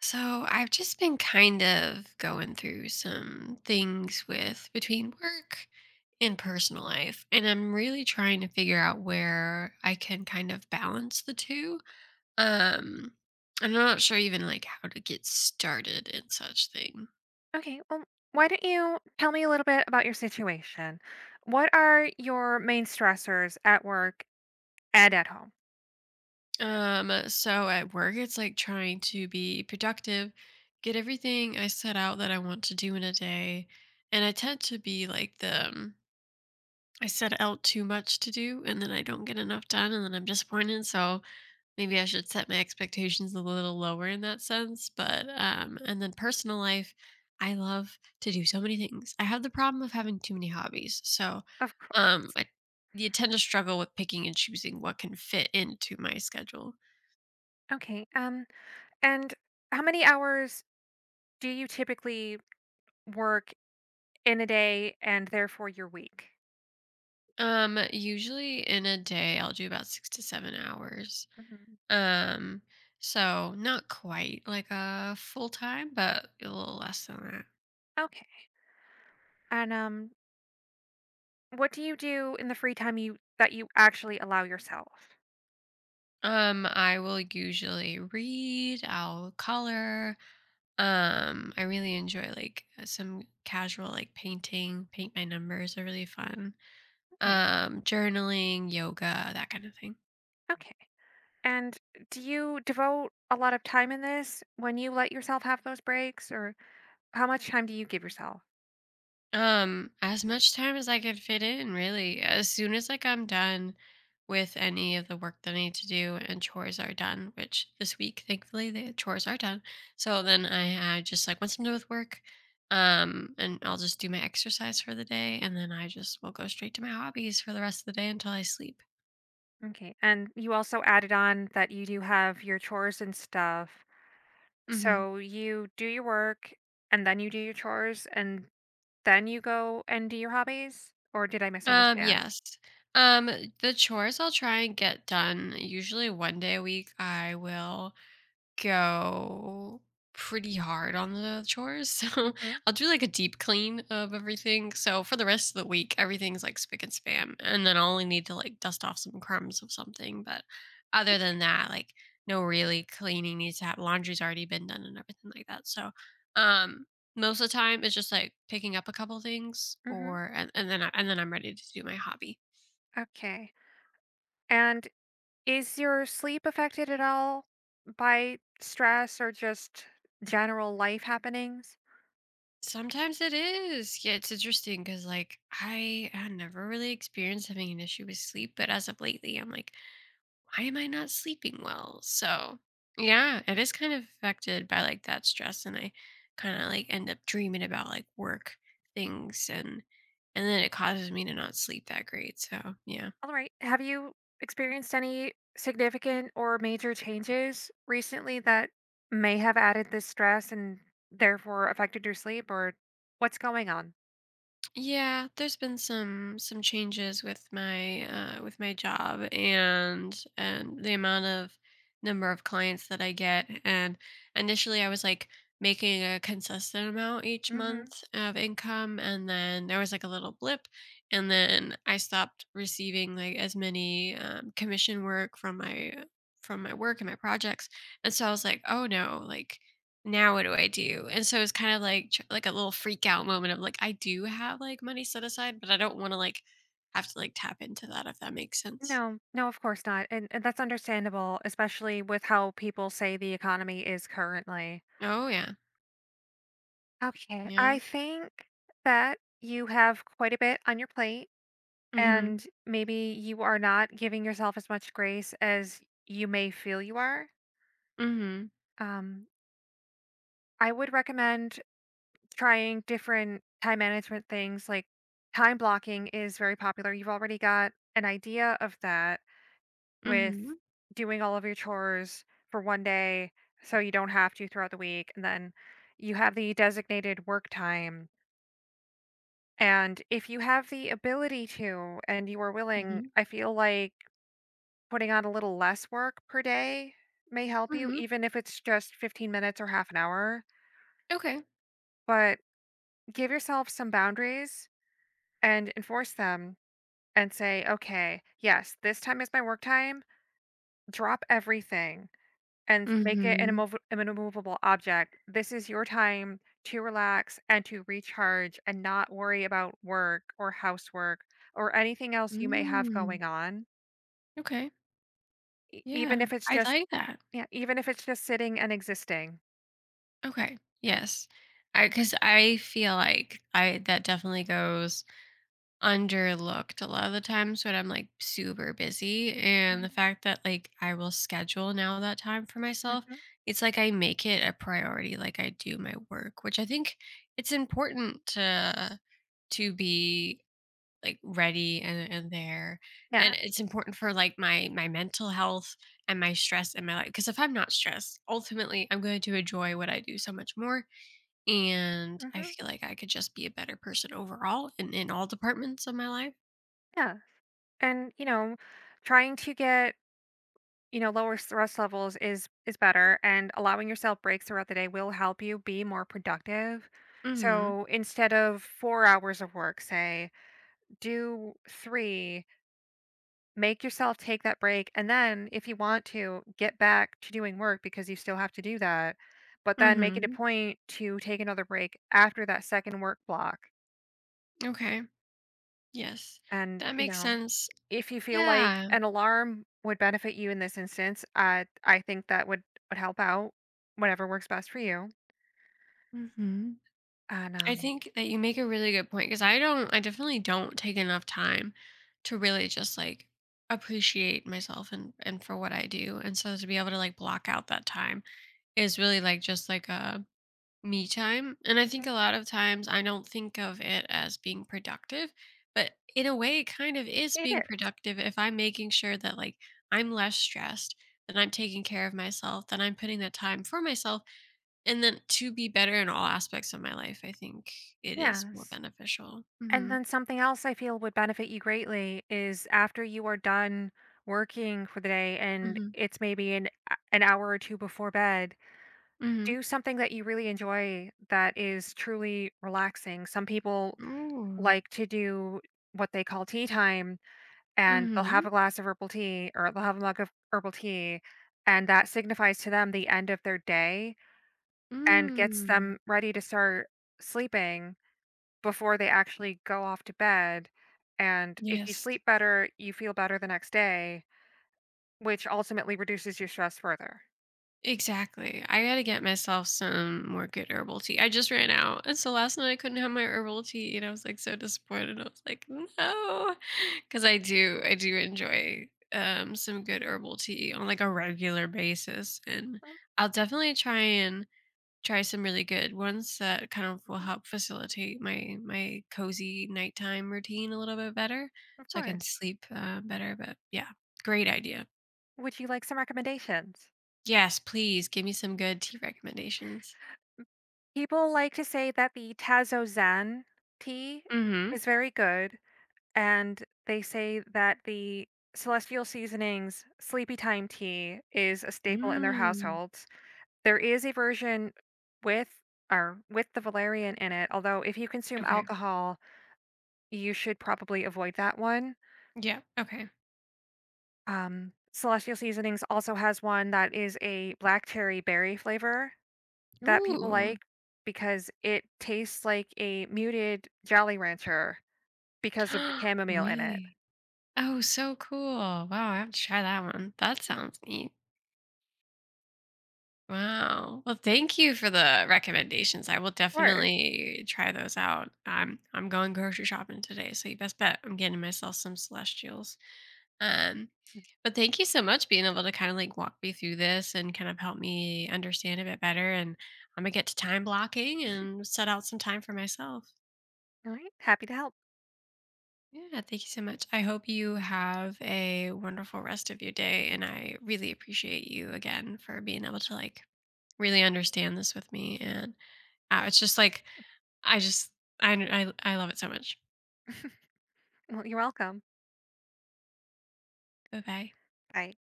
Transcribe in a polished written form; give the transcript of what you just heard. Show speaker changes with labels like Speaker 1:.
Speaker 1: So I've just been kind of going through some things with between work and personal life, and I'm really trying to figure out where I can kind of balance the two. Um, I'm not sure even like how to get started in such thing.
Speaker 2: Okay, well, why don't you tell me a little bit about your situation? What are your main stressors at work and at home?
Speaker 1: So at work, it's like trying to be productive, get everything I set out that I want to do in a day, and I tend to be like the I set out too much to do and then I don't get enough done and then I'm disappointed. So maybe I should set my expectations a little lower in that sense. But and then personal life, I love to do so many things. I have the problem of having too many hobbies. So
Speaker 2: Of course.
Speaker 1: I you tend to struggle with picking and choosing what can fit into my schedule.
Speaker 2: Okay. And how many hours do you typically work in a day and therefore your week?
Speaker 1: Usually in a day I'll do about 6 to 7 hours.
Speaker 2: Mhm.
Speaker 1: Um so not quite like a full time, but a little less than that.
Speaker 2: Okay. And what do you do in the free time you that you actually allow yourself?
Speaker 1: I will usually read, I'll color. I really enjoy like some casual like painting, paint my numbers are really fun.
Speaker 2: Okay.
Speaker 1: Journaling, yoga, that kind of thing.
Speaker 2: Okay. And do you devote a lot of time in this when you let yourself have those breaks, or how much time do you give yourself?
Speaker 1: As much time as I could fit in, really. As soon as like I'm done with any of the work that I need to do and chores are done, which this week, thankfully, the chores are done. So then I just like once I'm done with work, and I'll just do my exercise for the day, and then I just will go straight to my hobbies for the rest of the day until I sleep.
Speaker 2: Okay. And you also added on that you do have your chores and stuff.
Speaker 1: Hmm.
Speaker 2: So you do your work and then you do your chores and then you go and do your hobbies? Or did I misunderstand?
Speaker 1: Yes. Um, the chores I'll try and get done usually one day a week. I will go pretty hard on the chores. So
Speaker 2: Hmm.
Speaker 1: I'll do like a deep clean of everything. So for the rest of the week, everything's like spick and spam. And then I'll only need to like dust off some crumbs of something. But other than that, like no really cleaning needs to happen. Laundry's already been done and everything like that. So um most of the time it's just like picking up a couple things
Speaker 2: Hmm.
Speaker 1: or and then I'm ready to do my hobby.
Speaker 2: Okay. And is your sleep affected at all by stress or just general life happenings?
Speaker 1: Sometimes it is. Yeah, it's interesting because like I had never really experienced having an issue with sleep, but as of lately, I'm like, why am I not sleeping well? So yeah, it is kind of affected by like that stress, and I kind of like end up dreaming about like work things, and then it causes me to not sleep that great. So yeah.
Speaker 2: All right. Have you experienced any significant or major changes recently that may have added this stress and therefore affected your sleep or what's going on?
Speaker 1: Yeah, there's been some changes with my job and the amount of number of clients that I get. And initially, I was like making a consistent amount each
Speaker 2: Hmm.
Speaker 1: month of income, and then there was like a little blip, and then I stopped receiving like as many commission work from my work and my projects. And so I was like, oh no, like now what do I do? And so it's kind of like tr like a little freak out moment of, like, I do have, like, money set aside, but I don't wanna, like, have to, like, tap into that, if that makes sense.
Speaker 2: No, no, of course not. And that's understandable, especially with how people say the economy is currently.
Speaker 1: Oh, yeah.
Speaker 2: Okay.
Speaker 1: Yeah.
Speaker 2: I think that you have quite a bit on your plate
Speaker 1: Mhm.
Speaker 2: and maybe you are not giving yourself as much grace as you may feel you are.
Speaker 1: Mhm.
Speaker 2: Um, I would recommend trying different time management things like time blocking is very popular. You've already got an idea of that with
Speaker 1: Mhm.
Speaker 2: doing all of your chores for one day so you don't have to throughout the week. And then you have the designated work time. And if you have the ability to and you are willing,
Speaker 1: Mhm.
Speaker 2: I feel like putting on a little less work per day may help you,
Speaker 1: Mhm.
Speaker 2: even if it's just 15 minutes or half an hour.
Speaker 1: Okay.
Speaker 2: But give yourself some boundaries and enforce them and say, "Okay, yes, this time is my work time. Drop everything and make it an
Speaker 1: Mhm.
Speaker 2: immov an immovable object. This is your time to relax and to recharge and not worry about work or housework or anything else you may have
Speaker 1: Mm.
Speaker 2: going on,
Speaker 1: Okay.
Speaker 2: e even
Speaker 1: Yeah.
Speaker 2: if it's
Speaker 1: I
Speaker 2: just
Speaker 1: like that.
Speaker 2: yeah, even if it's just sitting and existing."
Speaker 1: Okay. Yes. I because I feel like I that definitely goes underlooked a lot of the times when I'm like super busy. And the
Speaker 2: Mhm,
Speaker 1: fact that like I will schedule now that time for myself,
Speaker 2: mhm,
Speaker 1: it's like I make it a priority, like I do my work, which I think it's important to be like ready and there
Speaker 2: yeah,
Speaker 1: and it's important for like my mental health and my stress in my life because if I'm not stressed ultimately I'm going to enjoy what I do so much more and I
Speaker 2: mhm,
Speaker 1: feel like I could just be a better person overall in all departments of my life.
Speaker 2: yeah, and, you know, trying to get, you know, lower stress levels is better and allowing yourself breaks throughout the day will help you be more productive.
Speaker 1: Mhm.
Speaker 2: So instead of 4 hours of work, say, do 3, make yourself take that break and then if you want to, get back to doing work because you still have to do that, but then make it a
Speaker 1: Mhm.
Speaker 2: point to take another break after that second work block.
Speaker 1: Okay. Yes.
Speaker 2: And,
Speaker 1: That
Speaker 2: you
Speaker 1: makes
Speaker 2: know,
Speaker 1: sense.
Speaker 2: if you feel like
Speaker 1: Yeah.
Speaker 2: an alarm would benefit you in this instance, I think that would help out. Whatever works best for you.
Speaker 1: Mhm.
Speaker 2: And
Speaker 1: I
Speaker 2: um.
Speaker 1: think that you make a really good point because I definitely don't take enough time to really just like appreciate myself and for what I do. And so to be able to like block out that time is really like just like a me time. And I think
Speaker 2: Mhm.
Speaker 1: a lot of times I don't think of it as being productive, but in a way, it kind of is
Speaker 2: It
Speaker 1: being
Speaker 2: is.
Speaker 1: productive if I'm making sure that like I'm less stressed, that I'm taking care of myself, that I'm putting that time for myself, and then to be better in all aspects of my life. I think it is more
Speaker 2: Yes.
Speaker 1: beneficial.
Speaker 2: And
Speaker 1: Mm-hmm.
Speaker 2: then something else I feel would benefit you greatly is after you are done working for the day and
Speaker 1: Mm-hmm.
Speaker 2: it's maybe an hour or two before bed,
Speaker 1: Mm-hmm.
Speaker 2: do something that you really enjoy that is truly relaxing. Some people
Speaker 1: Ooh.
Speaker 2: like to do what they call tea time and they'll
Speaker 1: Mm-hmm.
Speaker 2: have a glass of herbal tea or they'll have a mug of herbal tea, and that signifies to them the end of their day and gets
Speaker 1: Mm.
Speaker 2: them ready to start sleeping before they actually go off to bed. And if you
Speaker 1: Yes.
Speaker 2: sleep better, you feel better the next day, which ultimately reduces your stress further.
Speaker 1: Exactly. I gotta get myself some more good herbal tea. I just ran out. And so last night I couldn't have my herbal tea and I was like so disappointed. I was like, no. Cause I do enjoy some good herbal tea on like a regular basis. And
Speaker 2: Mm,
Speaker 1: I'll definitely try and try some really good ones that kind of will
Speaker 2: mhm,
Speaker 1: help facilitate my cozy nighttime routine a little bit better
Speaker 2: of
Speaker 1: so I can
Speaker 2: course.
Speaker 1: sleep better. But yeah, great idea.
Speaker 2: Would you like some recommendations?
Speaker 1: Yes, please give me some good tea recommendations.
Speaker 2: People like to say that the Tazo Zen tea
Speaker 1: Mhm.
Speaker 2: is very good and they say that the celestial seasonings sleepy time tea is a staple in their
Speaker 1: Mm.
Speaker 2: households. There is a version with or with the valerian in it, although if you consume
Speaker 1: Okay.
Speaker 2: alcohol you should probably avoid that one.
Speaker 1: Yeah, okay.
Speaker 2: Celestial seasonings also has one that is a black cherry berry flavor that people
Speaker 1: Ooh.
Speaker 2: like because it tastes like a muted jolly rancher because of the chamomile in it.
Speaker 1: Really? Oh, so cool. Wow, I have to try that one. That sounds neat. Wow. Well, thank you for the recommendations. I will
Speaker 2: Sure.
Speaker 1: definitely try those out. I'm going grocery shopping today, so you best bet I'm getting myself some celestials. Um, but thank you so much being able to kind of like walk me through this and kind of help me understand a bit better. And I'm gonna get to time blocking and set out some time for myself.
Speaker 2: All right, happy to help.
Speaker 1: Yeah, thank you so much. I hope you have a wonderful rest of your day. And I really appreciate you again for being able to like really understand this with me. And it's just like, I just, I, I love it so much.
Speaker 2: Well, you're welcome.
Speaker 1: Bye bye.
Speaker 2: Bye.